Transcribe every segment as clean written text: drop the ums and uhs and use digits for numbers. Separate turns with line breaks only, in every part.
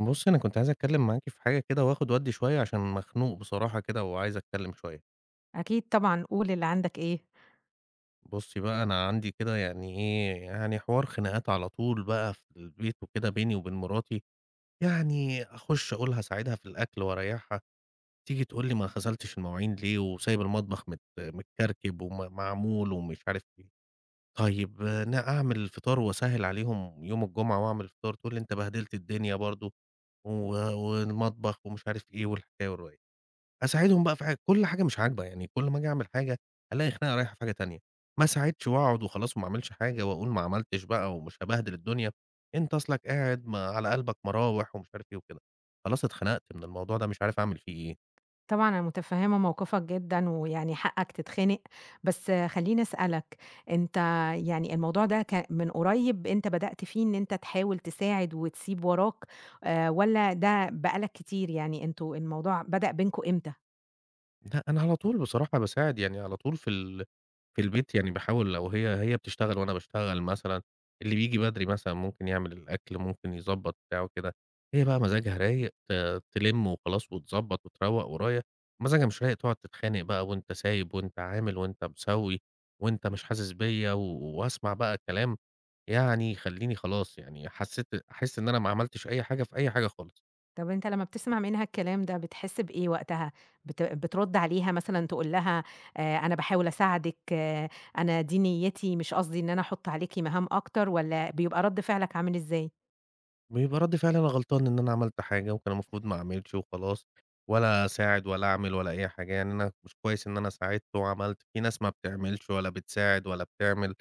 بُصّي، أنا كنت عايز أتكلّم معاكِ في حاجة كده وآخُد وأدّي شوية عشان مخنوق بصراحة كده وعايز أتكلّم شوية.
أكيد طبعًا، قُل اللي عندك إيه.
بُصّي بقى، أنا عندي كده يعني إيه، يعني حوار خناقات على طول بقى في البيت وكده بيني وبين مراتي، يعني أخُش أقول هاساعدها في الأكل وأريّحها، تيجي تقول لي: "ما غسلتش المواعين ليه وسايب المطبخ متكركب وم معمول،" ومش عارف إيه. طيب أعمل فطار وأسهّل عليهم يوم الجمعة وأعمل فطار، تقول لي: "أنت بهدلت الدنيا برضه و والمطبخ،" ومش عارف إيه والحكاية والرواية. أساعدهم بقى في كل حاجة مش عاجبة، يعني كل ما آجي أعمل حاجة ألاقي خناقة رايحة في حاجة تانية، ما أساعدش وأقعد وخلاص وما أعملش حاجة وأقول ما عملتش بقى ومش هابهدل الدنيا، أنت أصلك قاعد ما على قلبك مراوح ومش عارف إيه وكده، خلاص اتخنقت من الموضوع ده مش عارف أعمل فيه إيه،
طبعًا أنا متفهّمة موقفك جدًا، ويعني حقك تتخنق، بس خلّيني أسألك، أنت يعني الموضوع ده من قريب أنت بدأت فيه إن أنت تحاول تساعد وتسيب وراك، والّا ده بقى لك كتير؟ يعني أنتم الموضوع بدأ بينكم إمتى؟
لأ أنا على طول بصراحة باساعد يعني على طول في البيت يعني باحاول لو هي بتشتغل وأنا باشتغل مثلًا، اللي بييجي بدري مثلًا ممكن يعمل الأكل، ممكن يضبّط بتاعه كده، هي بقى مزاجها رايق تلِم وخلاص وتضبّط وتروّق ورايا، مزاجها مش رايق تقعد تتخانق بقى وأنت سايب وأنت عامل وأنت مسوّي وأنت مش حاسس بيّا، وأسمع بقى كلام يعني يخلّيني خلاص يعني أحس إن أنا ما عملتش أي حاجة في أي حاجة خالص.
طب أنت لمّا بتسمع منها الكلام ده بتحس بإيه وقتها؟ بترد عليها مثلًا تقول لها أنا باحاول أساعدِك، أنا دي نيّتي، مش قصدي إن أنا أحط عليكِ مهام أكتر، والّا بيبقى رد فعلك عامل إزاي؟
بيبقى رد فعلي أنا غلطان إن أنا عملت حاجة وكان المفروض ما أعملش وخلاص، ولا أساعد ولا أعمل ولا أي حاجة، يعني أنا مش كويس إن أنا ساعدت وعملت، في ناس ما بتعملش ولا بتساعد ولا بتعمل،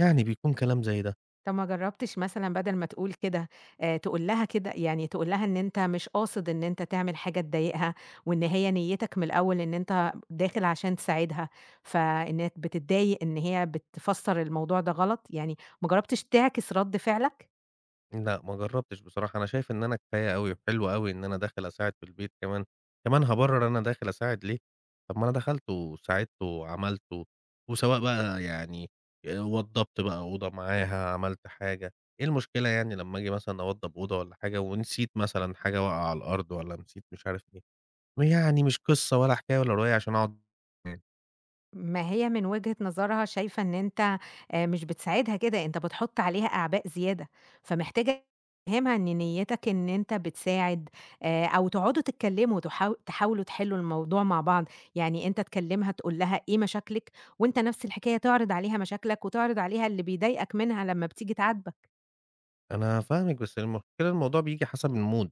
يعني بيكون كلام زي ده.
طب ما جرّبتش مثلًا بدل ما تقول كده، تقول لها كده يعني تقول لها إن أنت مش قاصد إن أنت تعمل حاجة تضايقها، وإن هي نيّتك من الأول إن أنت داخل عشان تساعدها، فإنّك بتتضايق إن هي بتفسّر الموضوع ده غلط، يعني ما جرّبتش تعكس رَد فعلك؟
لأ، ما جرّبتش بصراحة، أنا شايف إن أنا كفاية أوي وحلو أوي إن أنا داخل أساعد في البيت كمان، كمان هابرّر أنا داخل أساعد ليه؟ طب ما أنا دخلت وساعدت وعملت وسواء بقى يعني وضّبت بقى أوضة معاها، عملت حاجة، إيه المشكلة يعني لمّا آجي مثلًا أوضّب أوضة والّا حاجة ونسيت مثلًا حاجة واقعة على الأرض والّا نسيت مش عارف إيه، ويعني مش قصة ولا حكاية ولا رواية عشان أقعد
ما هي من وجهة نظرها شايفة إن أنت مش بتساعدها كده، أنت بتحُط عليها أعباء زيادة، فمحتاج تفهمها إن نيّتك إن أنت بتساعد أو تقعدوا تتكلموا تحاولوا تحلّوا الموضوع مع بعض، يعني أنت تكلمها تقول لها إيه مشاكلك، وأنت نفس الحكاية تعرض عليها مشاكلك وتعرض عليها اللي بيضايقك منها لمّا بتيجي تعاتبك.
أنا فاهمِك، بس المشكلة الموضوع بييجي حسب الmood.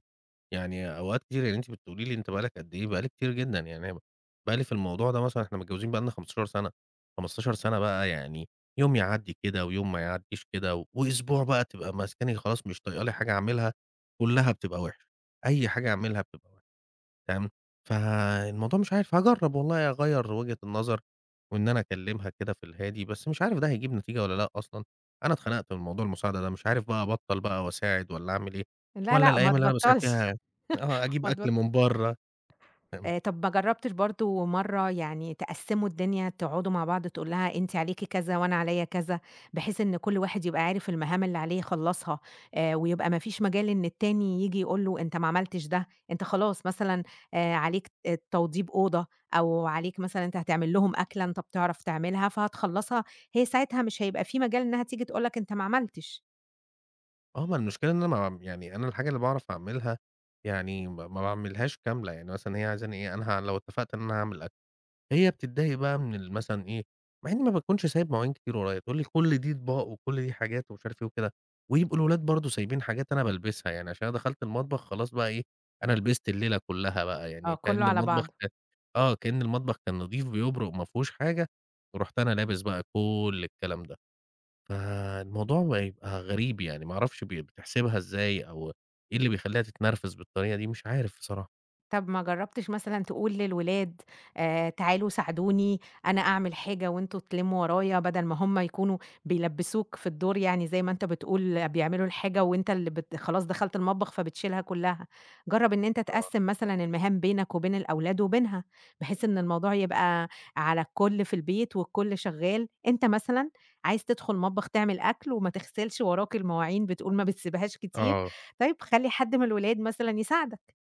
يعني أوقات كتير يعني أنتِ بتقولي لي أنت بقى لك قد إيه؟ بقى لي كتير جدًا، يعني أنا بقى لي في الموضوع ده مثلًا إحنا متجوزين بقى لنا 15 سنة، 15 سنة بقى يعني يوم يعدّي كده ويوم ما يعدّيش كده، وأسبوع بقى تبقى ماسكاني خلاص مش طايقة لي حاجة أعملها، كلّها بتبقى وحشة، أي حاجة أعملها بتبقى تمام، فالموضوع مش عارف هاجرّب والله أغيّر وجهة النظر، وإن أنا أكلّمها كده في الهادي، بس مش عارف ده هيجيب نتيجة والّا لأ أصلًا، أنا اتخنقت من موضوع المساعدة ده، مش عارف بقى أبطّل بقى وأساعد والّا أعمل إيه،
لا،
والّا
لأ، ما
الأيام اللي أنا باساعد
تبطّلش.
فيها آه، أجيب
ما
أكل
تبط
من برّه، فاهم،
طَب ما جرّبتش برضه مرّة يعني تقسّموا الدنيا، تقعدوا مع بعض تقول لها أنتِ عليكِ كذا وأنا عليّا كذا، بحيث إن كل واحد يبقى عارف المهام اللي عليه يخلّصها، ويبقى ما فيش مجال إن التاني ييجي يقول له أنت ما عملتش ده، أنت خلاص مثلًا عليك توضيب أوضة أو عليك مثلًا أنت هتعمل لهم أكلة أنت بتعرف تعملها فهتخلّصها، هي ساعتها مش هيبقى في مجال إنها تيجي تقول لك أنت ما عملتش،
آه، ما المشكلة إن أنا ما باعم يعني أنا الحاجة اللي باعرف أعملها يعني ما باعملهاش كاملة، يعني مثلًا هي عايزاني إيه، أنا لو اتفقت إن أنا هاعمل أكل هي بتتضايق بقى من ال مثلًا إيه، مع إني ما باكونش سايب مواعين كتير ورايا، تقول لي كل دي أطباق وكل دي حاجات ومش عارف إيه وكده، ويبقوا الولاد برضه سايبين حاجات أنا بالبسها، يعني عشان أنا دخلت المطبخ خلاص بقى إيه، أنا لبست الليلة كلها بقى،
آه
يعني
كُلّه
كأن
على
المطبخ
بعضه.
كان آه، كأن المطبخ كان نضيف بيبرق ما فيهوش حاجة، ورُحت أنا لابس بقى كل الكلام ده، فالموضوع بقى يبقى غريب يعني ما أعرفش بتحسبها إزاي أو إيه اللي بيخلّيها تتنرفز بالطريقة دي، مش عارف بصراحة.
طب ما جرّبتش مثلًا تقول للولاد تعالوا ساعدوني، أنا أعمل حاجة وأنتم تلمّوا ورايا، بدل ما هُم يكونوا بيلبّسوك في الدور يعني زي ما أنت بتقول آه، بيعملوا الحاجة وأنت اللي خلاص دخلت المطبخ فبتشيلها كلّها. جرّب إن أنت
آه.
تقسّم مثلًا المهام بينك وبين الأولاد وبينها، بحيث إن الموضوع يبقى على الكل في البيت والكل شغّال. أنت مثلًا عايز تدخل مطبخ تعمل أكل وما تغسلش وراك المواعين، بتقول ما بتسيبهاش كتير،
آه،
طيب خلّي حد من الولاد مثلًا يساعدك.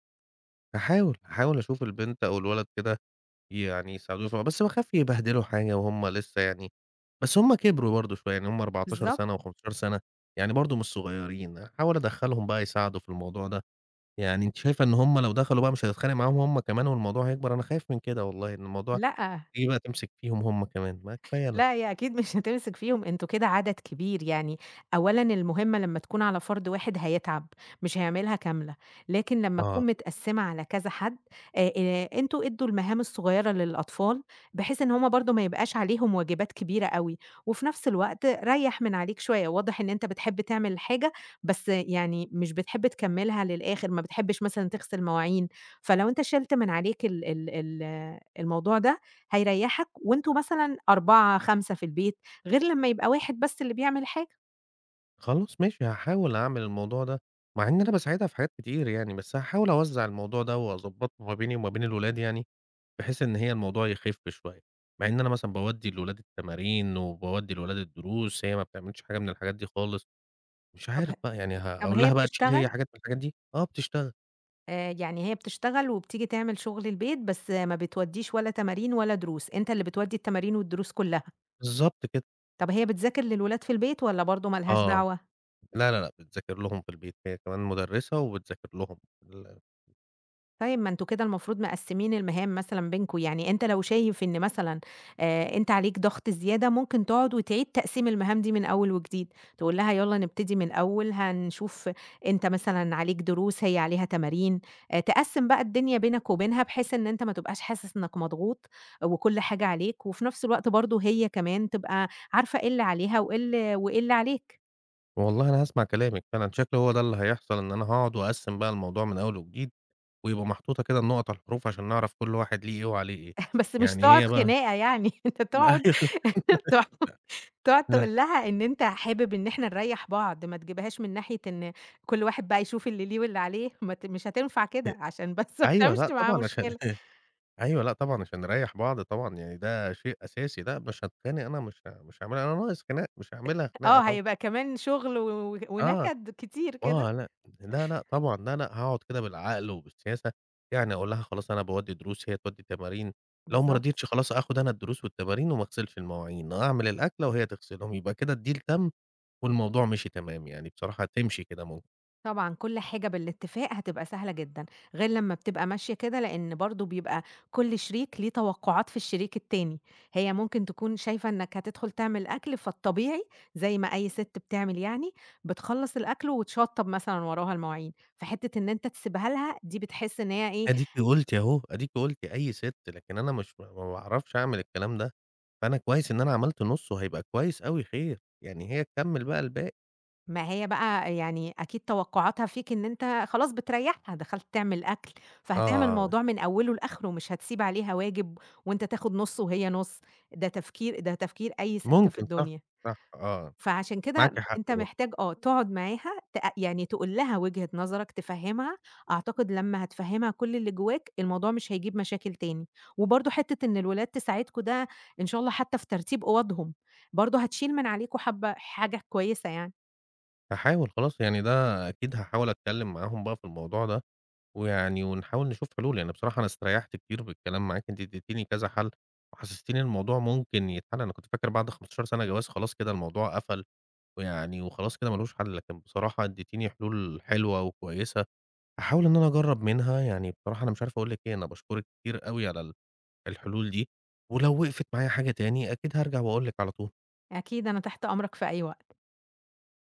هاحاول، هاحاول أشوف البنت أو الولد كده يعني يساعدوه شوية، بس باخاف يبهدلوا حاجة وهُم لسه يعني بس هُم كبروا برضه شوية، يعني هُم 14
بالضبط.
سَنة و15 سَنة، يعني برضه مش صغيرين، أحاول أدخّلهم بقى يساعدوا في الموضوع ده، يعني أنتِ شايفة إن هُم لو دخلوا بقى مش هتتخانق معاهم هُم كمان والموضوع هيكبر؟ أنا خايف من كده والله، إن الموضوع
لأ،
تيجي بقى تمسك فيهم هُم كمان، ما كفاية أنا.
لأ، هي أكيد مش هتمسك فيهم، أنتم كده عدد كبير يعني، أولًا المهمة لمّا تكون على فرد واحد هيتعب، مش هيعملها كاملة، لكن لمّا
آه.
تكون متقسّمة على كذا حد، أنتم ادّوا المهام الصغيرة للأطفال، بحيث إن هُم برضه ما يبقاش عليهم واجبات كبيرة أوي، وفي نفس الوقت ريّح من عليك شوية، واضح إن أنت بتحب تعمل الحاجة، بس يعني مش بتحب تكمّلها للآخر، ما بتحبش مثلًا تغسل مواعين، فلو أنت شِلت من عليك ال ال ال الموضوع ده هيريّحك وأنتم مثلًا 4، 5 في البيت، غير لمّا يبقى واحد بس اللي بيعمل حاجة.
خلاص ماشي هاحاول أعمل الموضوع ده، مع إن أنا باساعدها في حاجات كتير يعني، بس هاحاول أوزّع الموضوع ده وأضبّطه ما بيني وما بين الولاد يعني، بحيث إن هي الموضوع يخف شوية، مع إن أنا مثلًا باودّي لولادي التمارين، وباودّي لولادي الدروس، هي ما بتعملش حاجة من الحاجات دي خالص، مش
طب ه
عارف بقى يعني
طب
هاقول
هي
لها بقى تشيل هي
بتشتغل؟
حاجات من الحاجات دي؟ آه بتشتغل،
يعني هي بتشتغل وبتيجي تعمل شغل البيت، بس ما بتودّيش ولا تمارين ولا دروس، أنت اللي بتودّي التمارين والدروس كلّها.
بالضبط كده،
طب هي بتذاكر للولاد في البيت والّا برضه ما لهاش
آه،
دعوة؟
لا، لا، لأ بتذاكر لهم في البيت، هي كمان مدرسة وبتذاكر لهم ال
طيب ما أنتم كده المفروض مقسّمين المهام مثلًا بينكم، يعني أنت لو شايف إن مثلًا أنت عليك ضغط زيادة، ممكن تقعد وتعيد تقسيم المهام دي من أول وجديد، تقول لها يالّا نبتدي من الأول، هنشوف أنت مثلًا عليك دروس، هي عليها تمارين، تقسّم بقى الدنيا بينك وبينها، بحيث إن أنت ما تبقاش حاسس إنك مضغوط وكل حاجة عليك، وفي نفس الوقت برضه هي كمان تبقى عارفة إيه اللي عليها وإيه اللي عليك.
والله أنا هاسمع كلامِك فعلًا، شكله هو ده اللي هيحصل إن أنا هاقعد وأقسّم بقى الموضوع من أول وجديد، ويبقى محطوطة كده النقط على الحروف عشان نعرف كل واحد ليه إيه وعليه إيه،
بس مش
يعني
تقعد
هي بقى
خناقة يعني، أنت تقعد. تق تقعد
لأ.
تقول لها إن أنت حابب إن إحنا نريّح بعض، ما تجيبهاش من ناحية إن كل واحد بقى يشوف اللي ليه واللي عليه، ما ت مش هتنفع كده، عشان بس ما
أيوه، لأ، أيوه،
تعملش
لأ
معاها
طبعًا عشان
مشكلة.
أيوه، لأ طبعًا عشان نريّح بعض طبعًا، يعني ده شيء أساسي، لأ مش هاتخانق أنا مش هاعملها أنا ناقص خناق، مش هاعملها خناقة
آه،
طبعًا.
هيبقى كمان شغل و و
آه،
ونكد كتير كده.
آه، لأ، لا، لأ طبعًا، لا، لأ، هاقعد كده بالعقل وبالسياسة، يعني أقول لها خلاص أنا باودّي دروس، هي تودّي تمارين، لو ما
بالضبط.
رضيتش خلاص آخُد أنا الدروس والتمارين وما اغسلش المواعين، أعمل الأكلة وهي تغسلهم، يبقى كده الdeal تَم والموضوع مشي تمام، يعني بصراحة تمشي كده ممكن.
طبعًا كل حاجة بالاتفاق هتبقى سهلة جدًا، غير لمّا بتبقى ماشية كده لإن برضه بيبقى كل شريك ليه توقعات في الشريك التاني، هي ممكن تكون شايفة إنك هتدخل تعمل أكل فالطبيعي زي ما أي ست بتعمل يعني، بتخلّص الأكل وتشطّب مثلًا وراها المواعين، فحتة إن أنت تسيبها لها دي بتحس إن هي إيه،
أديكِ قُلتِ أهو، أديكِ قُلتِ أي سِت، لكن أنا مش ما باعرفش أعمل الكلام ده، فأنا كويس إن أنا عملت نُصّه، هيبقى كويس أوي خير، يعني هي تكمّل بقى الباقي.
ما هي بقى يعني أكيد توقعاتها فيك إن أنت خلاص بتريّحها، دخلت تعمل أكل، فهتعمل
آه،
الموضوع من أوله لآخره، مش هتسيب عليها واجب وأنت تاخد نُصّه وهي نُص، ده تفكير أي سِت في
ممكن صح،
الدنيا.
صح آه،
فعشان كده
معاكِ حق
أنت
برضه.
محتاج تقعد معاها يعني تقول لها وجهة نظرك، تفهّمها، أعتقد لمّا هتفهّمها كل اللي جواك، الموضوع مش هيجيب مشاكل تاني. وبرضه حتّة إن الولاد تساعدكم ده إن شاء الله حتّى في ترتيب أوضهم، برضه هتشيل من عليكم حبّة حاجة كويسة يعني.
هاحاول خلاص يعني ده أكيد هاحاول أتكلّم معاهم بقى في الموضوع ده، ويعني ونحاول نشوف حلول، يعني بصراحة أنا استريّحت كتير بالكلام معاكِ، أنتِ اديتيني كذا حَل، وحسستيني إن الموضوع ممكن يتحل، أنا كنت فاكر بعد 15 سَنة جواز خلاص كده الموضوع قفل. ويعني وخلاص كده ما لوش حل، لكن بصراحة اديتيني حلول حلوة وكويسة، هاحاول إن أنا أجرّب منها، يعني بصراحة أنا مش عارف أقول لِك إيه، أنا باشكرِك كتير أوي على الحلول دي، ولو وقفت معايا حاجة تاني أكيد هارجع وأقول لِك على طول.
أكيد أنا تحت أمرك في أي وقت.